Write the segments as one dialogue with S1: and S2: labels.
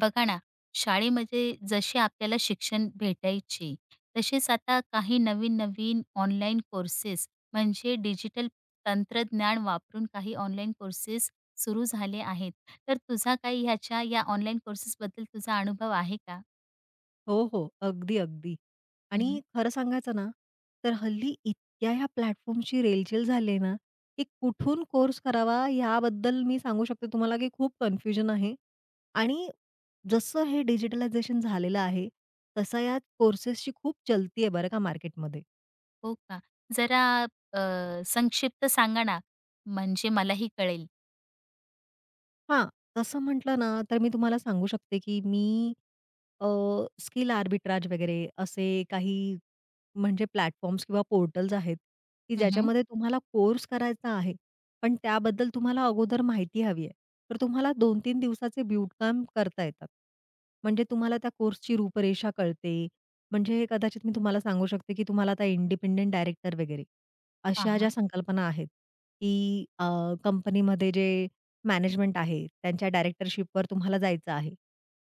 S1: बघा ना, शाळेमध्ये जशी आपल्याला शिक्षण भेटायचे, तसेच आता काही नवीन-नवीन ऑनलाईन कोर्सेस म्हणजे डिजिटल तंत्रज्ञान वापरून काही ऑनलाईन कोर्सेस सुरू झाले आहेत. तर तुझा काही ह्याच्या या ऑनलाईन कोर्सेसबद्दल तुझा अनुभव आहे का?
S2: हो, हो. अगदी, अगदी.
S1: हं,
S2: आणि खरं सांगायचं ना, तर हल्ली इतक्या ह्या प्लॅटफॉर्मची रेलचेल झाली आहे ना, की कुठून कोर्स करावा याबद्दल मी सांगू शकते तुम्हाला, की खूप कन्फ्युजन आहे. आणि जसं हे डिजिटलायझेशन झालेलं आहे, तसा या कोर्सेसची खूप चलती आहे बरं का मार्केटमध्ये.
S1: हो का? जरा अ, संक्षिप्त सांगा ना, म्हणजे मलाही कळेल.
S2: हां, तसं म्हटलं ना, तर मी तुम्हाला सांगू शकते, की मी स्किल आर्बिट्राज वगैरे असे काही म्हणजे प्लॅटफॉर्म्स किंवा पोर्टल्स आहेत, की
S1: हं, हं.
S2: ज्याच्यामध्ये तुम्हाला कोर्स करायचा आहे, पण त्याबद्दल तुम्हाला अगोदर माहिती हवी आहे. तर तुम्हाला 2-3 दिवसाचे ब्यूट कॅम्प करता येतात. म्हणजे तुम्हाला त्या कोर्सची रूपरेषा कळते. म्हणजे कदाचित मी तुम्हाला सांगू शकते, की तुम्हाला आता इंडिपेंडंट डायरेक्टर वगैरे अशा ज्या
S1: हां,
S2: संकल्पना आहेत, की कंपनीमध्ये जे मॅनेजमेंट आहे, त्यांच्या डायरेक्टरशिपवर तुम्हाला जायचं आहे.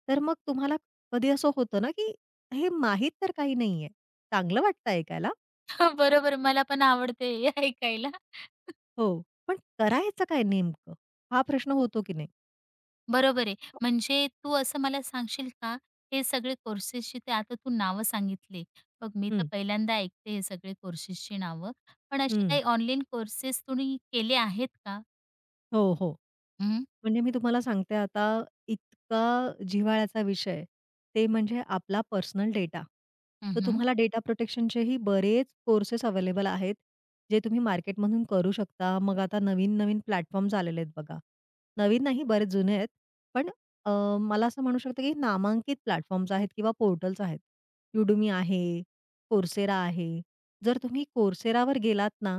S2: तर मग तुम्हाला कधी असं होतं ना, की हे माहीत तर काही नाहीये. चांगलं वाटतं ऐकायला,
S1: बरोबर, मला पण आवडते हे ऐकायला.
S2: हो. पण करायचं काय नेमकं? हा प्रश्न होतो की नाही?
S1: बरोबर आहे. म्हणजे तू असं मला सांगशील का, हे सगळे कोर्सेसची ते आता तू नावं सांगितले. बघ मी तर
S2: हं,
S1: पहिल्यांदा ऐकते हे सगळे कोर्सेसची नावं. पण असे
S2: हं.
S1: काही ऑनलाईन कोर्सेस तुम्ही केले आहेत का?
S2: हो, हो.
S1: हं,
S2: म्हणजे मी तुम्हाला सांगते आता इतका जिव्हाळ्याचा विषय, ते म्हणजे आपला पर्सनल डेटा.
S1: हं,
S2: तर
S1: हं.
S2: तुम्हाला डेटा प्रोटेक्शनचेही बरेच कोर्सेस अवेलेबल आहेत, जे तुम्ही मार्केटमधून करू शकता. मग आता नवीन-नवीन प्लॅटफॉर्म्स आलेले आहेत बघा. नवीन नाही, बरेच जुने आहेत. पण अ, मला असं म्हणू शकतं की नामांकित प्लॅटफॉर्म्स आहेत किंवा पोर्टल्स आहेत. Udemy आहे, Coursera आहे. जर तुम्ही Courseraवर गेलात ना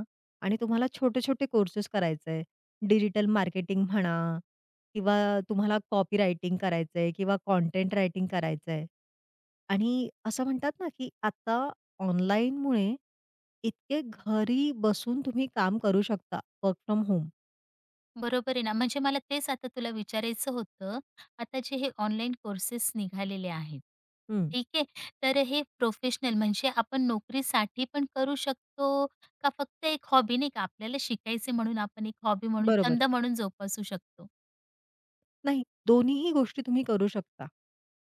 S2: आणि तुम्हाला छोटे-छोटे कोर्सेस करायचे आहे, डिजिटल मार्केटिंग म्हणा किंवा तुम्हाला कॉपी रायटिंग करायचंय किंवा कंटेंट रायटिंग करायचंय. आणि असं म्हणतात ना, की आता ऑनलाईनमुळे इतके घरी बसून तुम्ही काम करू शकता, वर्क फ्रॉम होम.
S1: बरोबर आहे ना. म्हणजे मला तेच आता तुला विचारायचं होतं. आता जे हे ऑनलाईन कोर्सेस निघालेले आहेत,
S2: हं.
S1: ठीक आहे. तर हे प्रोफेशनल म्हणजे आपण नोकरीसाठी पण करू शकतो का फक्त एक हॉबी नाही का आपल्याला शिकायचे म्हणून आपण एक हॉबी म्हणून,
S2: बरोबर.
S1: छंद म्हणून जोपासू शकतो?
S2: नाही, दोन्हीही गोष्टी तुम्ही करू शकता.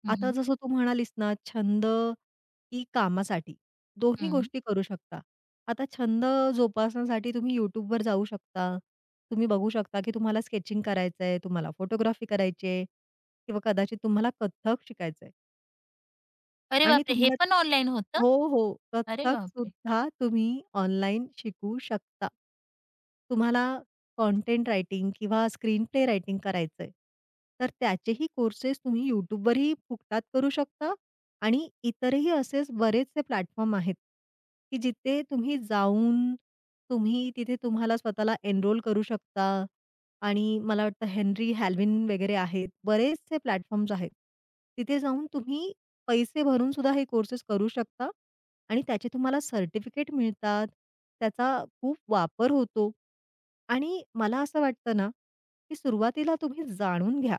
S1: हं,
S2: आता
S1: हं.
S2: जसं तू म्हणालीस ना, छंद की कामासाठी, दोन्ही गोष्टी करू शकता. आता छंद जोपासण्यासाठी तुम्ही YouTubeवर जाऊ शकता. तुम्ही बघू शकता की तुम्हाला स्केचिंग करायचंय, तुम्हाला फोटोग्राफी करायची आहे किंवा कदाचित तुम्हाला कथ्थक शिकायचंय.
S1: अरे
S2: आणि
S1: बापरे! हे
S2: तुम्हाला
S1: पण ऑनलाईन होतं?
S2: हो, हो.
S1: अरे
S2: कथ्थक
S1: बापरे!
S2: सुद्धा तुम्ही ऑनलाईन शिकू शकता. तुम्हाला कंटेंट रायटिंग किंवा स्क्रीन प्ले रायटिंग करायचंय, तर त्याचेही कोर्सेस तुम्ही YouTubeवरही फुकटात करू शकता आणि इतरही असेच बरेचसे प्लॅटफॉर्म आहेत, की जिथे तुम्ही जाऊन तुम्ही तिथे तुम्हाला स्वतःला एनरोल करू शकता आणि मला वाटतं हेनरी हॅल्विन वगैरे आहेत. बरेचसे प्लॅटफॉर्म्स आहेत. तिथे जाऊन तुम्ही पैसे भरून सुद्धा हे कोर्सेस करू शकता आणि त्याचे तुम्हाला सर्टिफिकेट मिळतात. त्याचा खूप वापर होतो आणि मला असं वाटतं ना, की सुरुवातीला तुम्ही जाणून घ्या,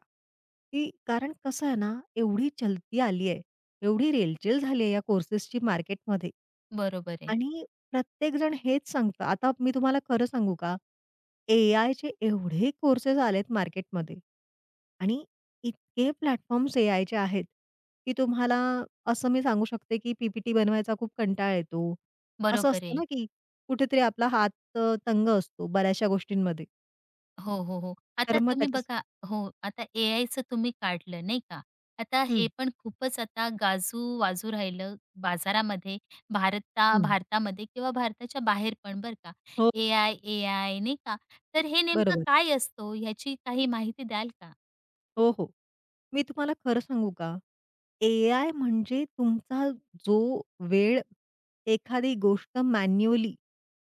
S2: की कारण कसं आहे ना, एवढी चलती आली आहे, एवढी रेलचेल झाली आहे या कोर्सेसची मार्केटमध्ये
S1: बरोबर आहे,
S2: आणि प्रत्येकजण हेच सांगतं. आता मी तुम्हाला खरं सांगू का? एआयचे एवढे कोर्सेस आलेत मार्केटमध्ये आणि इतके प्लॅटफॉर्म्स एआयचे आहेत, की तुम्हाला असं मी सांगू शकते, की पी-पी-टी बनवायचा खूप कंटाळा येतो. असं
S1: बरोबर
S2: असतं
S1: आहे.
S2: ना, की कुठेतरी आपला हात तंग असतो बऱ्याचशा गोष्टींमध्ये.
S1: हो, हो, हो.
S2: तर
S1: आता
S2: मग
S1: तुम्ही
S2: त्याच्या
S1: बघा हो, आता एआयचं तुम्ही काढलं नाही का? आता
S2: हं,
S1: हे पण खूपच आता गाजू-वाजू राहिलं बाजारामध्ये,
S2: हं.
S1: भारतामध्ये किंवा भारताच्या बाहेर पण बरं का.
S2: हो,
S1: एआय, एआय नाही का? तर हे नेमकं
S2: बरोबर.
S1: काय असतो ह्याची काही माहिती द्याल का?
S2: हो, हो. मी तुम्हाला खरं सांगू का? ए-आय म्हणजे तुमचा जो वेळ एखादी गोष्ट मॅन्युअली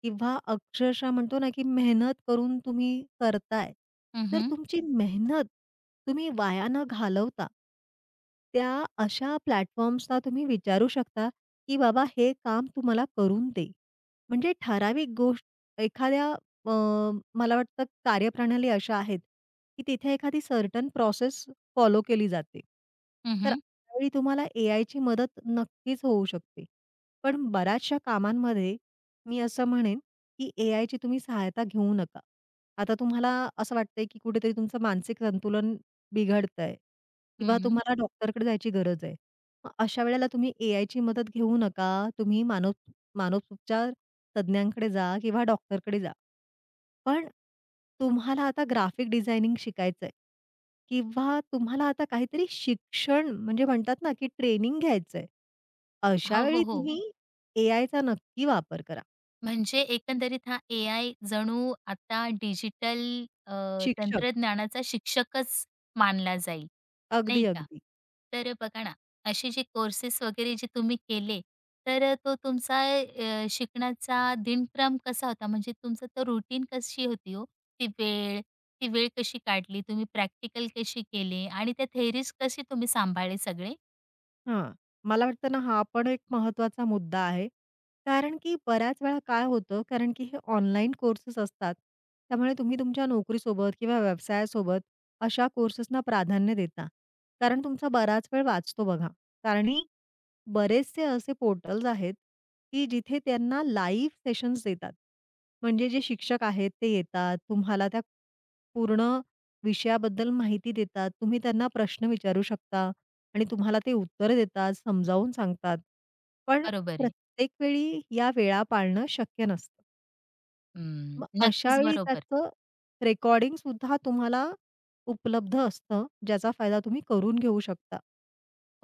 S2: किंवा अक्षरशः म्हणतो ना, की मेहनत करून तुम्ही करताय,
S1: हं,
S2: तर
S1: हं.
S2: तुमची मेहनत तुम्ही वाया न घालवता, त्या अशा प्लॅटफॉर्म्सना तुम्ही विचारू शकता, की बाबा हे काम तुम्हाला करून दे. म्हणजे ठराविक गोष्ट एखाद्या अ, मला वाटतं कार्यप्रणाली अशा आहेत, की तिथे एखादी सर्टन प्रोसेस फॉलो केली जाते. तर
S1: हं,
S2: त्यावेळी तुम्हाला ए ची मदत नक्कीच होऊ शकते. पण बऱ्याचशा कामांमध्ये मी असं म्हणेन, की ए ची तुम्ही सहायता घेऊ नका. आता तुम्हाला असं वाटतंय, की कुठेतरी तुमचं मानसिक संतुलन बिघडतंय किंवा तुम्हाला डॉक्टरकडे जायची गरज आहे. मग अशा वेळेला तुम्ही एआयची मदत घेऊ नका. तुम्ही मानव मानसोपचार तज्ञांकडे जा किंवा डॉक्टरकडे जा. पण तुम्हाला आता ग्राफिक डिझायनिंग शिकायचंय किंवा तुम्हाला आता काहीतरी शिक्षण म्हणजे म्हणतात ना, की ट्रेनिंग घ्यायचंय. अशा
S1: हो,
S2: वेळी
S1: हो, हो.
S2: तुम्ही एआयचा नक्की वापर करा.
S1: म्हणजे एकंदरीत हा एआय जणू आता डिजिटल अ,
S2: शिक्षक.
S1: तंत्रज्ञानाचा शिक्षकच मानला जाईल, नाही
S2: अगदी,
S1: का?
S2: अगदी.
S1: तर बघा ना, असे जे कोर्सेस वगैरे जे तुम्ही केले, तर तो तुमचा शिकण्याचा दिनक्रम कसा होता? म्हणजे तुमचं तो रुटीन कशी होती हो? ती वेळ, ती वेळ कशी काढली? तुम्ही प्रॅक्टिकल कशी केले आणि त्या थेअरीज कशी तुम्ही सांभाळले सगळे?
S2: हां. मला वाटतं ना, हा पण एक महत्वाचा मुद्दा आहे. कारण की बऱ्याच वेळा काय होतं, कारण की हे ऑनलाईन कोर्सेस असतात. त्यामुळे तुम्ही तुमच्या नोकरीसोबत किंवा व्यवसायासोबत अशा कोर्सेसना प्राधान्य देता. कारण तुमचा बराच वेळ वाचतो बघा. कारणी बरेचसे असे पोर्टल्स आहेत, की जिथे त्यांना लाईव्ह सेशन्स देतात. म्हणजे जे शिक्षक आहेत ते येतात, तुम्हाला त्या पूर्ण विषयाबद्दल माहिती देतात. तुम्ही त्यांना प्रश्न विचारू शकता आणि तुम्हाला ते उत्तर देतात, समजावून सांगतात. पण
S1: बरोबर आहे.
S2: प्रत्येक वेळी या वेळा पाळणं शक्य नसतं.
S1: हं,
S2: मग अशा
S1: नक्कीच
S2: वेळी
S1: बरोबर. आहे.
S2: त्याचं रेकॉर्डिंगसुद्धा तुम्हाला उपलब्ध असतं, ज्याचा फायदा तुम्ही करून घेऊ शकता.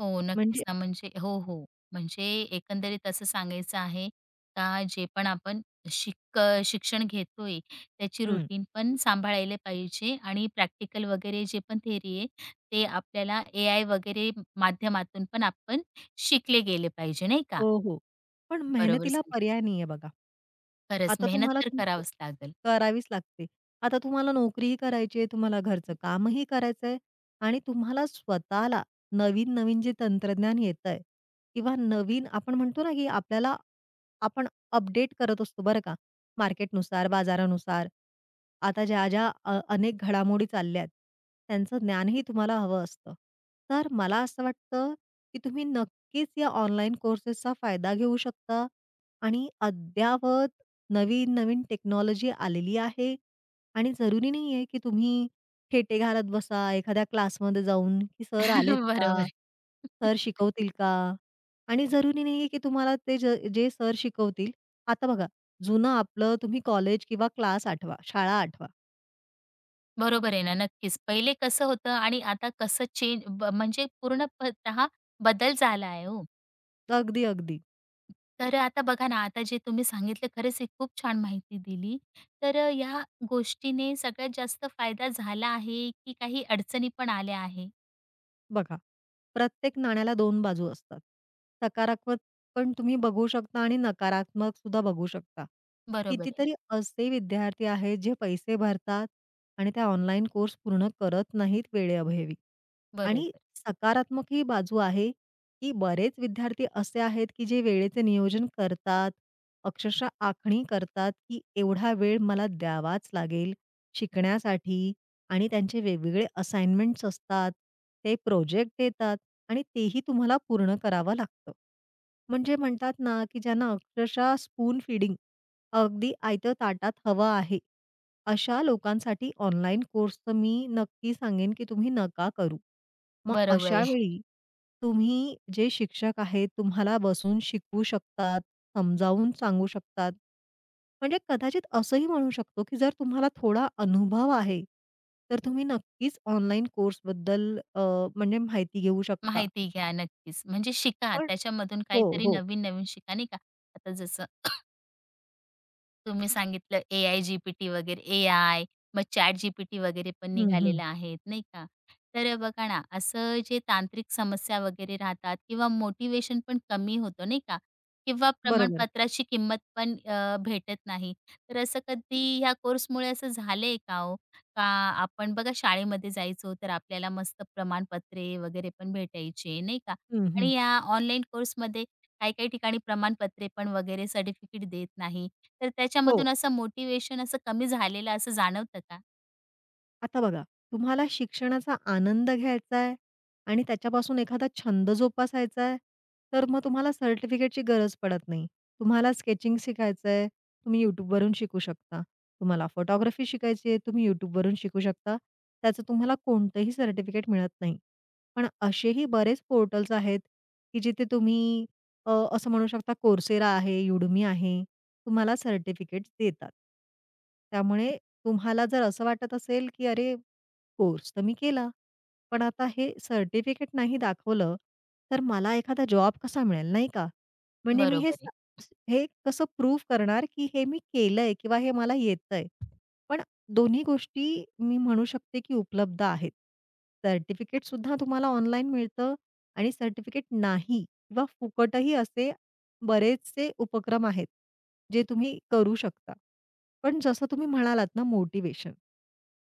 S1: हो,
S2: म्हणजे
S1: नक्कीच ना. म्हणजे हो, हो. म्हणजे एकंदरीत असं सांगायचं आहे का जे पण आपण शिक्षण घेतोय त्याची
S2: हं.
S1: रूटीन पण सांभाळायला पाहिजे आणि प्रॅक्टिकल वगैरे जे पण थेअरी आहे, ते आपल्याला एआय वगैरे माध्यमातून पण आपण शिकले गेले पाहिजे, नाही का?
S2: हो, हो. पण
S1: बरोबर
S2: मेहनतीला
S1: सांगितलं.
S2: पर्याय नाहीये बघा.
S1: खरंच
S2: आता
S1: मेहनत
S2: तुम्हाला
S1: तर
S2: तुमचं
S1: करावंच लागेल.
S2: करावीच लागते. आता तुम्हाला नोकरीही करायची आहे, तुम्हाला घरचं कामही करायचंय आणि तुम्हाला स्वतःला नवीन-नवीन जे तंत्रज्ञान येतंय किंवा नवीन आपण म्हणतो ना, की आपल्याला आपण अपडेट करत असतो बरं का, मार्केटनुसार, बाजारानुसार. आता ज्या-ज्या अनेक घडामोडी चालल्यात, त्यांचं ज्ञानही तुम्हाला हवं असतं. तर मला असं वाटतं, की तुम्ही नक्कीच या ऑनलाईन कोर्सेसचा फायदा घेऊ शकता आणि अद्ययावत नवीन-नवीन टेक्नॉलॉजी आलेली आहे आणि जरुरी नाहीये की तुम्ही खेटे घालत बसा एखाद्या क्लासमध्ये जाऊन, की सर आलेत
S1: बरोबर
S2: का?
S1: आहे.
S2: सर शिकवतील का? आणि जरुरी नाहीये की तुम्हाला ते जे सर शिकवतील आता बघा जुनं आपलं तुम्ही कॉलेज किंवा क्लास आठवा, शाळा आठवा.
S1: बरोबर आहे ना, नक्कीच. पहिले कसं होतं आणि आता कसं चेंज म्हणजे पूर्णतः बदल झाला आहे हो.
S2: अगदी, अगदी.
S1: तर आता बघा ना, आता जे तुम्ही सांगितलं खरंच ही खूप छान माहिती दिली. तर या गोष्टीने सगळ्यात जास्त फायदा झाला आहे, की काही अडचणी पण आल्या आहे?
S2: बघा, प्रत्येक नाण्याला दोन बाजू असतात. सकारात्मक पण तुम्ही बघू शकता आणि नकारात्मक सुद्धा बघू शकता.
S1: बरोबर आहे.
S2: कितीतरी असे विद्यार्थी आहेत जे पैसे भरतात आणि त्या ऑनलाईन कोर्स पूर्ण करत नाहीत वेळेअभावी. आणि
S1: बरोबर.
S2: सकारात्मक ही बाजू आहे, की बरेच विद्यार्थी असे आहेत, की जे वेळेचे नियोजन करतात, अक्षरशः आखणी करतात, की एवढा वेळ मला द्यावाच लागेल शिकण्यासाठी आणि त्यांचे वेगवेगळे असाइनमेंट्स असतात, ते प्रोजेक्ट देतात आणि तेही तुम्हाला पूर्ण करावं लागतं. म्हणजे म्हणतात ना, की ज्यांना अक्षरशः स्पून फीडिंग अगदी आयतं ताटात हवं आहे, अशा लोकांसाठी ऑनलाईन कोर्स तर मी नक्की सांगेन, की तुम्ही नका करू. मग
S1: बरोबर आहे.
S2: अशावेळी तुम्ही जे शिक्षक आहेत, तुम्हाला बसून शिकवू शकतात, समजावून सांगू शकतात. म्हणजे कदाचित असंही म्हणू शकतो, की जर तुम्हाला थोडा अनुभव आहे, तर तुम्ही नक्कीच ऑनलाईन कोर्सबद्दल म्हणजे माहिती घेऊ शकता.
S1: माहिती घ्या नक्कीच. म्हणजे शिका
S2: पण
S1: त्याच्यामधून
S2: हो,
S1: काहीतरी
S2: हो.
S1: नवीन-नवीन शिका नाही का. आता जसं तुम्ही सांगितलं AI, GPT वगैरे AI, मग ChatGPT वगैरे पण
S2: हं, हं.
S1: निघालेलं आहेत, नाही का? तर बघा ना, असं जे तांत्रिक समस्या वगैरे राहतात किंवा मोटिवेशन पण कमी होतं, नाही का? किंवा
S2: बरोबर.
S1: प्रमाणपत्राची किंमत पण भेटत नाही. तर असं कधी ह्या कोर्समुळे असं झालंय का हो? का आपण बघा शाळेमध्ये जायचो, तर आपल्याला मस्त प्रमाणपत्रे वगैरे पण भेटायचे, नाही का?
S2: हं, हं.
S1: आणि या ऑनलाईन कोर्समध्ये काही-काही ठिकाणी प्रमाणपत्रे पण वगैरे सर्टिफिकेट देत नाही. तर
S2: हो.
S1: त्याच्यामधून असं मोटिव्हेशन असं कमी झालेलं असं जाणवतं का?
S2: आता बघा, तुम्हाला शिक्षणाचा आनंद घ्यायचा आहे आणि त्याच्यापासून एखादा छंद जोपासायचा आहे, तर मग तुम्हाला सर्टिफिकेटची गरज पडत नाही. तुम्हाला स्केचिंग शिकायचं आहे, तुम्ही YouTubeवरून शिकू शकता. तुम्हाला फोटोग्राफी शिकायची आहे, तुम्ही YouTubeवरून शिकू शकता. त्याचं तुम्हाला कोणतंही सर्टिफिकेट मिळत नाही. पण असेही बरेच पोर्टल्स आहेत, की जिथे तुम्ही अ, असं म्हणू शकता Coursera आहे, Udemy आहे, तुम्हाला सर्टिफिकेट्स देतात. त्यामुळे तुम्हाला जर असं वाटत असेल, की अरे, कोर्स तर मी केला, पण आता हे सर्टिफिकेट नाही दाखवलं, तर मला एखादा जॉब कसा मिळेल, नाही का? म्हणजे मी हे
S1: बरोबर आहे.
S2: हे कसं प्रूव्ह करणार, की हे मी केलंय किंवा हे मला येतंय. पण दोन्ही गोष्टी मी म्हणू शकते, की उपलब्ध आहेत. सर्टिफिकेटसुद्धा तुम्हाला ऑनलाईन मिळतं आणि सर्टिफिकेट नाही किंवा फुकटही असे बरेचसे उपक्रम आहेत, जे तुम्ही करू शकता. पण जसं तुम्ही म्हणालात ना मोटिवेशन,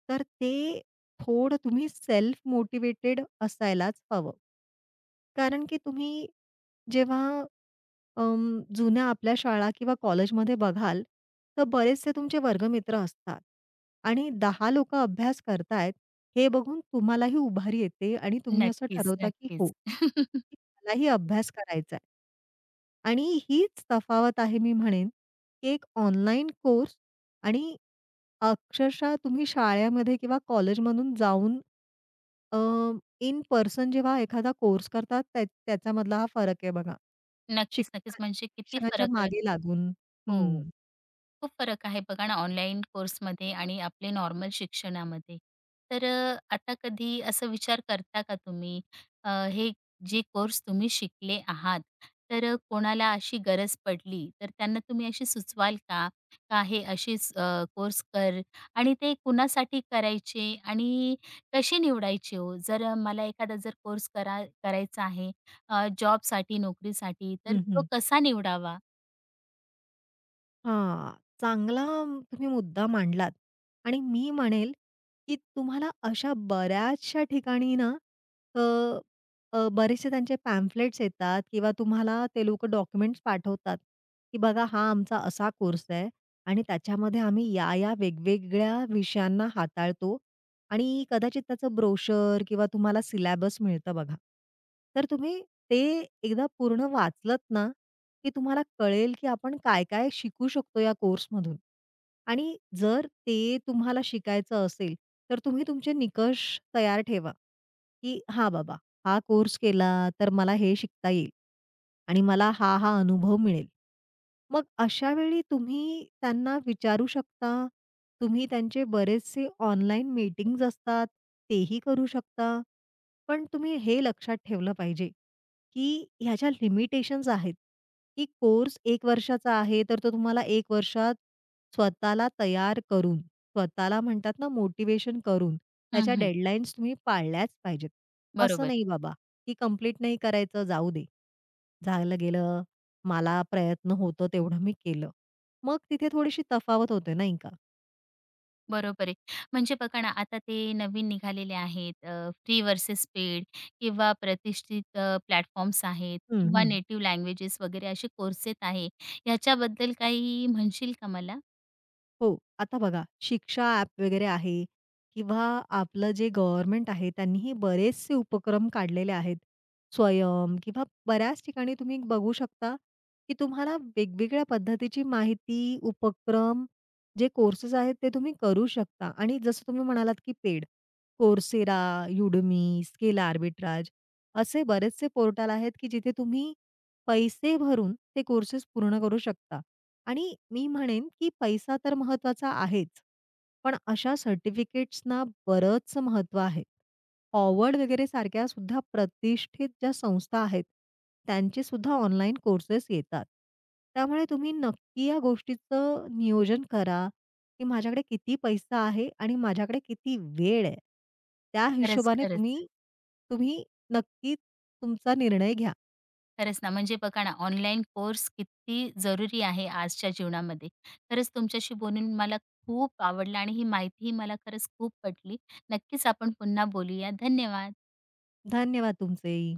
S2: तर ते थोडं तुम्ही सेल्फ मोटिवेटेड असायलाच हवं. कारण की तुम्ही जेव्हा जुन्या आपल्या शाळा किंवा कॉलेजमध्ये बघाल, तर बरेचसे तुमचे वर्गमित्र असतात आणि 10 लोकं अभ्यास करतायत, हे बघून तुम्हालाही उभारी येते आणि तुम्ही असं
S1: नक्कीच,
S2: ठरवता, की हो,
S1: नक्कीच.
S2: की मलाही अभ्यास करायचा आहे. आणि हीच तफावत आहे मी म्हणेन, की एक ऑनलाईन कोर्स आणि अक्षरशः तुम्ही शाळेमध्ये किंवा कॉलेजमधून जाऊन अ, इन पर्सन जेव्हा एखादा कोर्स करतात त्या त्याच्यामधला हा फरक आहे बघा.
S1: नक्कीच, नक्कीच.
S2: शिक्षका
S1: म्हणजे किती
S2: शिक्षकांच्या
S1: फरक आहे.
S2: मागे लागून.
S1: हो.
S2: हं.
S1: खूप फरक आहे बघा ना ऑनलाईन कोर्समध्ये आणि आपले नॉर्मल शिक्षणामध्ये. तर आता कधी असा विचार करता का तुम्ही हे जे कोर्स तुम्ही शिकले आहात, तर कोणाला अशी गरज पडली तर त्यांना तुम्ही अशी सुचवाल का? का हे असेच कोर्स कर आणि ते कुणासाठी करायचे आणि कसे निवडायचे हो? जर मला एखादा जर कोर्स करा करायचा आहे जॉबसाठी, नोकरीसाठी तर
S2: हं,
S1: तो
S2: हं.
S1: कसा निवडावा?
S2: हां, चांगला तुम्ही मुद्दा मांडलात आणि मी म्हणेल, की तुम्हाला अशा बऱ्याचशा ठिकाणी ना, अ, अ, बरेचसे त्यांचे पॅम्फलेट्स येतात किंवा तुम्हाला ते लोकं डॉक्युमेंट्स पाठवतात, की बघा हा आमचा असा कोर्स आहे आणि त्याच्यामध्ये आम्ही या-या वेगवेगळ्या विषयांना हाताळतो आणि कदाचित त्याचं ब्रोशर किंवा तुम्हाला सिलॅबस मिळतं बघा. तर तुम्ही ते एकदा पूर्ण वाचलत ना की तुम्हाला कळेल, की आपण काय-काय शिकू शकतो या कोर्समधून. आणि जर ते तुम्हाला शिकायचं असेल, तर तुम्ही तुमचे निकष तयार ठेवा, की "हां, बाबा, हा कोर्स केला तर मला हे शिकता येईल आणि मला हा, हा अनुभव मिळेल." मग अशा वेळी तुम्ही त्यांना विचारू शकता. तुम्ही त्यांचे बरेचसे ऑनलाईन मीटिंग्ज असतात, तेही करू शकता. पण तुम्ही हे लक्षात ठेवलं पाहिजे, की ह्याच्या लिमिटेशन्स आहेत, की कोर्स 1 वर्षाचा आहे, तर तो तुम्हाला 1 वर्षात स्वतःला तयार करून, स्वतःला म्हणतात ना मोटिव्हेशन करून,
S1: हं,
S2: त्याच्या
S1: हं.
S2: डेडलाईन्स तुम्ही पाळल्याच पाहिजेत. असं
S1: बरोबर
S2: नाही बाबा, की कंप्लीट नाही करायचं, जाऊ दे. झालं गेलं, मला प्रयत्न होतो तेवढं मी केलं. मग तिथे थोडीशी तफावत होते नाही का?
S1: बरोबर आहे. म्हणजे बघा ना, आता ते नवीन निघालेले आहेत फ्री वर्सेस पेड किंवा प्रतिष्ठित प्लॅटफॉर्म्स आहेत
S2: हं,
S1: किंवा
S2: हं.
S1: नेटिव्ह लँग्वेजेस वगैरे असे कोर्सेस आहे. ह्याच्याबद्दल काही म्हणशील का मला?
S2: हो. आता बघा शिक्षा ॲप वगैरे आहे किंवा आपलं जे गव्हर्नमेंट आहे त्यांनीही बरेचसे उपक्रम काढलेले आहेत. स्वयं किंवा बऱ्याच ठिकाणी तुम्ही बघू शकता, की तुम्हाला वेगवेगळ्या पद्धतीची माहिती, उपक्रम, जे कोर्सेस आहेत ते तुम्ही करू शकता आणि जसं तुम्ही म्हणालात, की paid Coursera, Udemy, skill arbitrage असे बरेचसे पोर्टल आहेत, की जिथे तुम्ही पैसे भरून ते कोर्सेस पूर्ण करू शकता. आणि मी म्हणेन, की पैसा तर महत्वाचा आहेच. पण अशा सर्टिफिकेट्सना बरंच महत्त्व आहे. Howard वगैरे सारख्या सुद्धा प्रतिष्ठित ज्या संस्था आहेत, त्यांचे सुद्धा ऑनलाईन कोर्सेस येतात. त्यामुळे तुम्ही नक्की या गोष्टीचं नियोजन करा, की माझ्याकडे किती पैसा आहे आणि माझ्याकडे किती वेळ आहे. त्या
S1: खरंच,
S2: हिशोबाने तुम्ही
S1: खरंच.
S2: तुम्ही नक्की तुमचा निर्णय घ्या.
S1: खरंच ना, म्हणजे बघा ना, ऑनलाईन कोर्स किती जरुरी आहे आजच्या जीवनामध्ये. खरंच तुमच्याशी बोलून मला खूप आवडलं आणि ही माहितीही मला खरंच खूप पटली. नक्कीच आपण पुन्हा बोलूया. धन्यवाद.
S2: धन्यवाद तुमचेही.